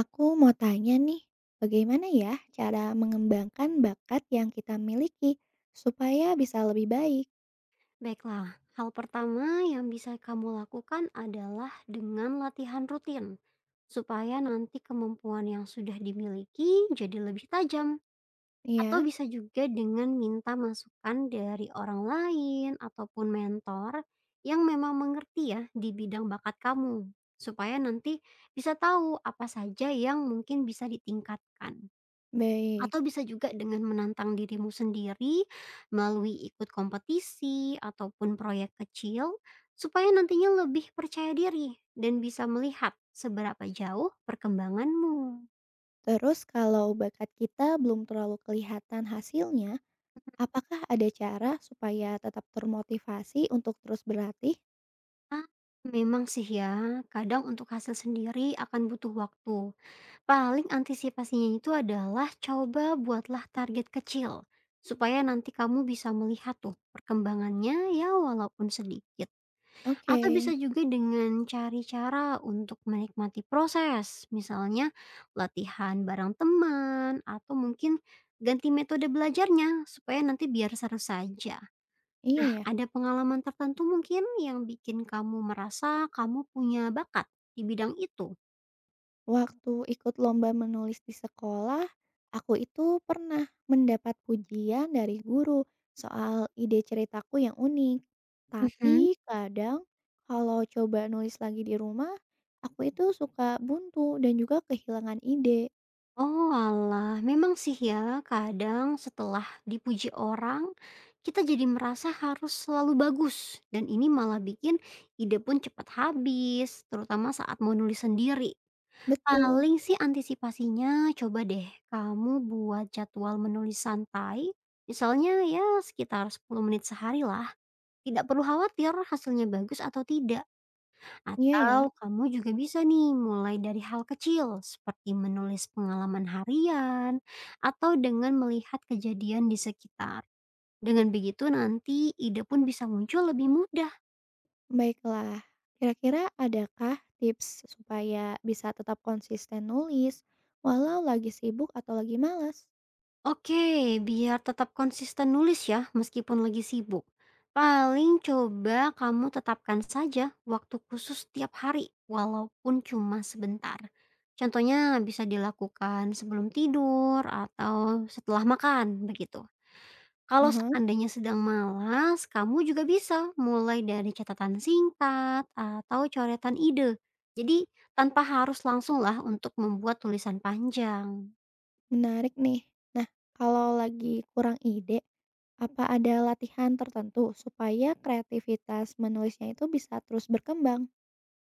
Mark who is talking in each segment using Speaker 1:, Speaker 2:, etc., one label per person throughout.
Speaker 1: Aku mau tanya nih, bagaimana ya cara mengembangkan bakat yang kita miliki supaya bisa lebih baik?
Speaker 2: Baiklah, hal pertama yang bisa kamu lakukan adalah dengan latihan rutin, supaya nanti kemampuan yang sudah dimiliki jadi lebih tajam, atau
Speaker 1: Ya,
Speaker 2: bisa juga dengan minta masukan dari orang lain ataupun mentor yang memang mengerti ya di bidang bakat kamu, supaya nanti bisa tahu apa saja yang mungkin bisa ditingkatkan.
Speaker 1: baik.
Speaker 2: Atau bisa juga dengan menantang dirimu sendiri melalui ikut kompetisi ataupun proyek kecil supaya nantinya lebih percaya diri dan bisa melihat seberapa jauh perkembanganmu.
Speaker 1: Terus kalau bakat kita belum terlalu kelihatan hasilnya, apakah ada cara supaya tetap termotivasi untuk terus berlatih?
Speaker 2: Ah, Memang sih ya, kadang untuk hasil sendiri akan butuh waktu. Paling antisipasinya itu adalah coba buatlah target kecil supaya nanti kamu bisa melihat tuh perkembangannya ya walaupun sedikit.
Speaker 1: Oke,
Speaker 2: Atau bisa juga dengan cari cara untuk menikmati proses, misalnya latihan bareng teman atau mungkin ganti metode belajarnya supaya nanti biar seru saja.
Speaker 1: iya ya.
Speaker 2: Ada pengalaman tertentu mungkin yang bikin kamu merasa kamu punya bakat di bidang itu?
Speaker 1: Waktu ikut lomba menulis di sekolah, aku itu pernah mendapat pujian dari guru soal ide ceritaku yang unik. Tapi kadang kalau coba nulis lagi di rumah, aku itu suka buntu dan juga kehilangan ide.
Speaker 2: Oh Oalah, memang sih ya kadang setelah dipuji orang, kita jadi merasa harus selalu bagus dan ini malah bikin ide pun cepat habis, terutama saat mau nulis sendiri.
Speaker 1: Betul,
Speaker 2: Paling sih antisipasinya coba deh kamu buat jadwal menulis santai, misalnya ya sekitar 10 menit sehari lah. Tidak perlu khawatir hasilnya bagus atau tidak.
Speaker 1: iya ya.
Speaker 2: Atau kamu juga bisa nih mulai dari hal kecil seperti menulis pengalaman harian atau dengan melihat kejadian di sekitar. Dengan begitu nanti ide pun bisa muncul lebih mudah.
Speaker 1: Baiklah, kira-kira adakah tips supaya bisa tetap konsisten nulis walau lagi sibuk atau lagi malas?
Speaker 2: Oke, biar tetap konsisten nulis ya meskipun lagi sibuk. Paling coba kamu tetapkan saja waktu khusus tiap hari walaupun cuma sebentar. Contohnya bisa dilakukan sebelum tidur atau setelah makan begitu. Kalau
Speaker 1: Aha.
Speaker 2: seandainya sedang malas, kamu juga bisa mulai dari catatan singkat atau coretan ide. Jadi, tanpa harus langsunglah untuk membuat tulisan panjang.
Speaker 1: Menarik nih. Nah, kalau lagi kurang ide, apa ada latihan tertentu supaya kreativitas menulisnya itu bisa terus berkembang?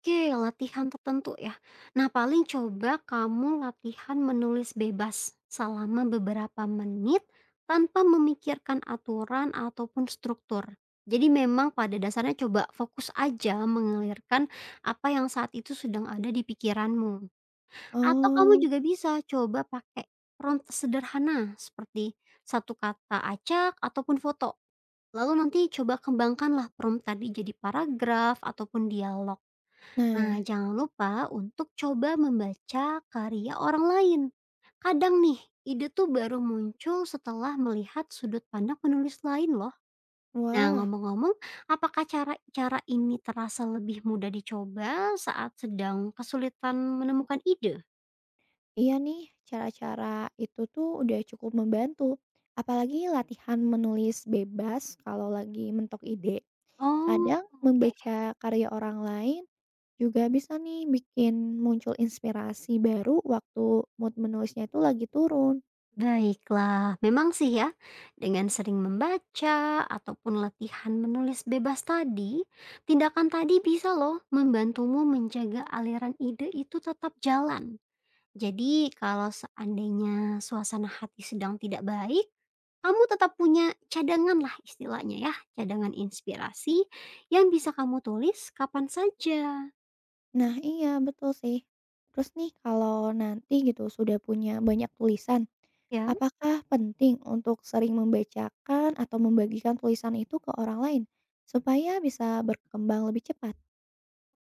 Speaker 2: Oke, latihan tertentu ya. Nah, paling coba kamu latihan menulis bebas selama beberapa menit tanpa memikirkan aturan ataupun struktur. Jadi memang pada dasarnya coba fokus aja mengalirkan apa yang saat itu sedang ada di pikiranmu. Atau kamu
Speaker 1: Oh,
Speaker 2: juga bisa coba pakai prompt sederhana seperti satu kata acak ataupun foto. Lalu nanti coba kembangkanlah prompt tadi jadi paragraf ataupun dialog.
Speaker 1: nah,
Speaker 2: Nah, jangan lupa untuk coba membaca karya orang lain. Kadang nih, ide tuh baru muncul setelah melihat sudut pandang penulis lain loh. Nah,
Speaker 1: wah,
Speaker 2: ngomong-ngomong, apakah cara-cara ini terasa lebih mudah dicoba saat sedang kesulitan menemukan ide?
Speaker 1: iya nih, cara-cara itu tuh udah cukup membantu. Apalagi latihan menulis bebas kalau lagi mentok ide.
Speaker 2: Oh,
Speaker 1: Kadang
Speaker 2: oke.
Speaker 1: membaca karya orang lain juga bisa nih bikin muncul inspirasi baru waktu mood menulisnya itu lagi turun.
Speaker 2: Baiklah, memang sih ya, dengan sering membaca ataupun latihan menulis bebas tadi, tindakan tadi bisa loh membantumu menjaga aliran ide itu tetap jalan. Jadi kalau seandainya suasana hati sedang tidak baik, kamu tetap punya cadangan lah istilahnya ya, cadangan inspirasi yang bisa kamu tulis kapan saja
Speaker 1: Nah iya, betul sih. Terus nih kalau nanti gitu sudah punya banyak tulisan,
Speaker 2: ya.
Speaker 1: apakah penting untuk sering membacakan atau membagikan tulisan itu ke orang lain supaya bisa berkembang lebih cepat?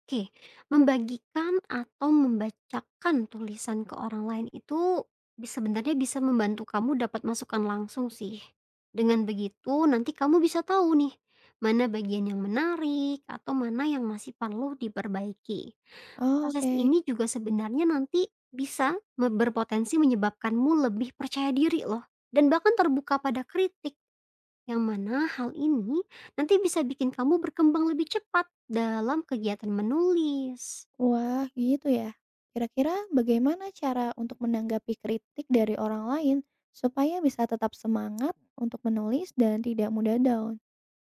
Speaker 2: Oke, membagikan atau membacakan tulisan ke orang lain itu sebenarnya bisa membantu kamu dapat masukan langsung sih. Dengan begitu, nanti kamu bisa tahu nih mana bagian yang menarik atau mana yang masih perlu diperbaiki.
Speaker 1: Oh,
Speaker 2: Proses
Speaker 1: oke.
Speaker 2: ini juga sebenarnya nanti bisa berpotensi menyebabkanmu lebih percaya diri loh dan bahkan terbuka pada kritik. Yang mana hal ini nanti bisa bikin kamu berkembang lebih cepat dalam kegiatan menulis.
Speaker 1: Wah, gitu ya. Kira-kira bagaimana cara untuk menanggapi kritik dari orang lain supaya bisa tetap semangat untuk menulis dan tidak mudah down?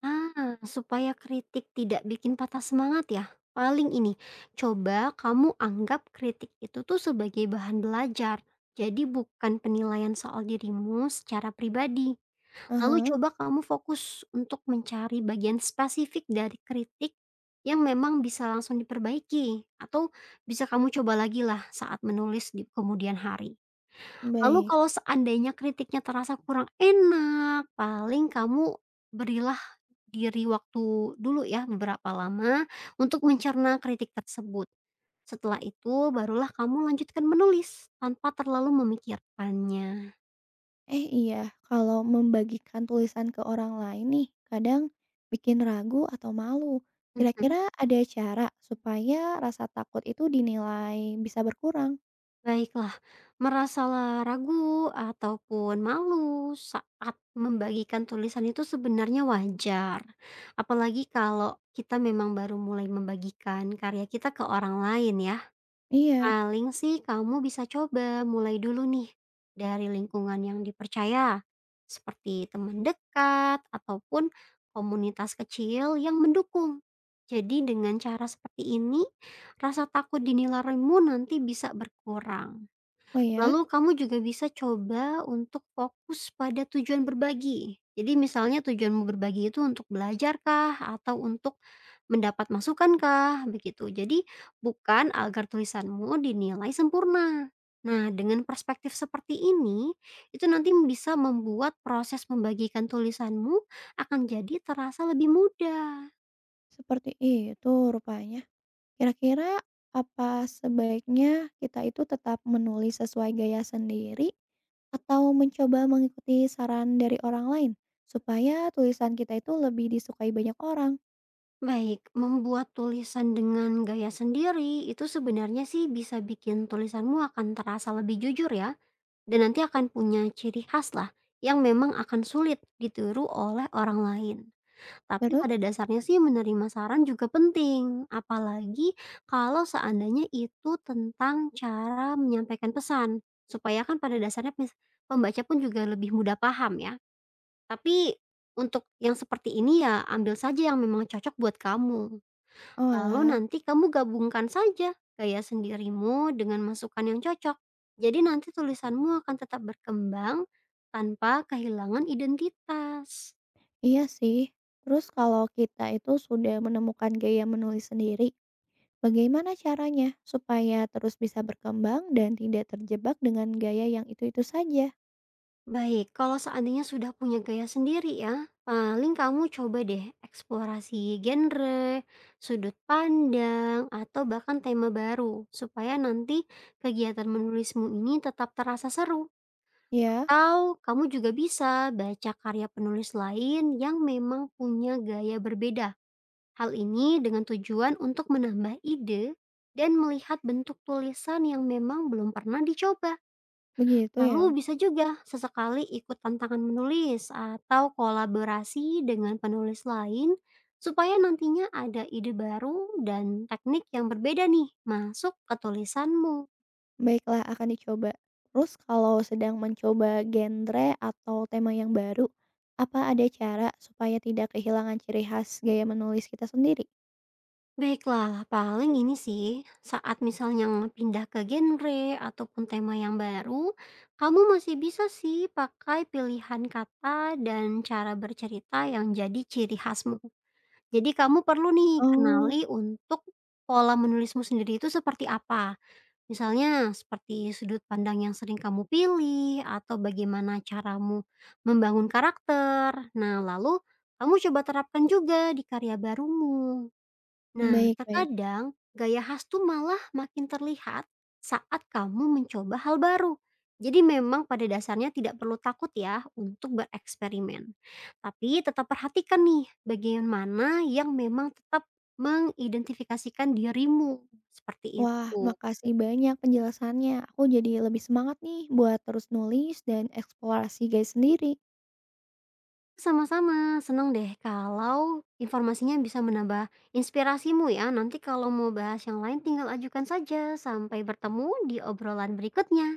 Speaker 2: Supaya kritik tidak bikin patah semangat ya. Paling ini, coba kamu anggap kritik itu tuh sebagai bahan belajar. Jadi bukan penilaian soal dirimu secara pribadi. Lalu
Speaker 1: Aha,
Speaker 2: coba kamu fokus untuk mencari bagian spesifik dari kritik yang memang bisa langsung diperbaiki atau bisa kamu coba lagi lah saat menulis di kemudian hari. Lalu
Speaker 1: baik.
Speaker 2: kalau seandainya kritiknya terasa kurang enak, paling kamu berilah diri waktu dulu ya beberapa lama untuk mencerna kritik tersebut. Setelah itu barulah kamu lanjutkan menulis tanpa terlalu memikirkannya.
Speaker 1: Eh iya, kalau membagikan tulisan ke orang lain nih, kadang bikin ragu atau malu.
Speaker 2: Mhm.
Speaker 1: Kira-kira ada cara supaya rasa takut itu dinilai bisa berkurang?
Speaker 2: Baiklah, merasalah ragu ataupun malu saat membagikan tulisan itu sebenarnya wajar. Apalagi kalau kita memang baru mulai membagikan karya kita ke orang lain ya.
Speaker 1: Iya,
Speaker 2: Paling sih kamu bisa coba mulai dulu nih dari lingkungan yang dipercaya, seperti teman dekat ataupun komunitas kecil yang mendukung. Jadi dengan cara seperti ini, rasa takut dinilaimu nanti bisa berkurang.
Speaker 1: oh ya,
Speaker 2: Lalu kamu juga bisa coba untuk fokus pada tujuan berbagi. Jadi misalnya tujuanmu berbagi itu untuk belajar kah atau untuk mendapat masukan kah begitu. Jadi bukan agar tulisanmu dinilai sempurna. Nah, dengan perspektif seperti ini, itu nanti bisa membuat proses membagikan tulisanmu akan jadi terasa lebih mudah.
Speaker 1: seperti itu rupanya. Kira-kira apa sebaiknya kita itu tetap menulis sesuai gaya sendiri atau mencoba mengikuti saran dari orang lain supaya tulisan kita itu lebih disukai banyak orang?
Speaker 2: Baik, membuat tulisan dengan gaya sendiri itu sebenarnya sih bisa bikin tulisanmu akan terasa lebih jujur ya, dan nanti akan punya ciri khas lah yang memang akan sulit ditiru oleh orang lain. Tapi
Speaker 1: Terus,
Speaker 2: pada dasarnya sih menerima saran juga penting, apalagi kalau seandainya itu tentang cara menyampaikan pesan, supaya kan pada dasarnya pembaca pun juga lebih mudah paham ya. Tapi untuk yang seperti ini ya ambil saja yang memang cocok buat kamu.
Speaker 1: oh
Speaker 2: Lalu
Speaker 1: alah.
Speaker 2: nanti kamu gabungkan saja gaya sendirimu dengan masukan yang cocok. Jadi nanti tulisanmu akan tetap berkembang tanpa kehilangan identitas.
Speaker 1: Iya sih. Terus kalau kita itu sudah menemukan gaya menulis sendiri, bagaimana caranya supaya terus bisa berkembang dan tidak terjebak dengan gaya yang itu-itu saja?
Speaker 2: Baik, kalau seandainya sudah punya gaya sendiri ya, paling kamu coba deh eksplorasi genre, sudut pandang, atau bahkan tema baru supaya nanti kegiatan menulismu ini tetap terasa seru.
Speaker 1: Ya,
Speaker 2: Atau kamu juga bisa baca karya penulis lain yang memang punya gaya berbeda. Hal ini dengan tujuan untuk menambah ide dan melihat bentuk tulisan yang memang belum pernah dicoba.
Speaker 1: begitu ya.
Speaker 2: Lalu bisa juga sesekali ikut tantangan menulis atau kolaborasi dengan penulis lain supaya nantinya ada ide baru dan teknik yang berbeda nih masuk ke tulisanmu.
Speaker 1: Baiklah, akan dicoba. Terus kalau sedang mencoba genre atau tema yang baru, apa ada cara supaya tidak kehilangan ciri khas gaya menulis kita sendiri?
Speaker 2: Baiklah, paling ini sih, saat misalnya pindah ke genre ataupun tema yang baru, kamu masih bisa sih pakai pilihan kata dan cara bercerita yang jadi ciri khasmu. Jadi kamu perlu nih
Speaker 1: Oh,
Speaker 2: kenali untuk pola menulismu sendiri itu seperti apa. Misalnya seperti sudut pandang yang sering kamu pilih atau bagaimana caramu membangun karakter. Nah, lalu kamu coba terapkan juga di karya barumu. Nah,
Speaker 1: baik-baik.
Speaker 2: terkadang gaya khas tuh malah makin terlihat saat kamu mencoba hal baru. Jadi memang pada dasarnya tidak perlu takut ya untuk bereksperimen. Tapi tetap perhatikan nih bagian mana yang memang tetap mengidentifikasikan dirimu seperti
Speaker 1: Wah,
Speaker 2: itu.
Speaker 1: makasih banyak penjelasannya. Aku jadi lebih semangat nih buat terus nulis dan eksplorasi guys sendiri.
Speaker 2: Sama-sama, senang deh kalau informasinya bisa menambah inspirasimu ya. Nanti kalau mau bahas yang lain tinggal ajukan saja. Sampai bertemu di obrolan berikutnya.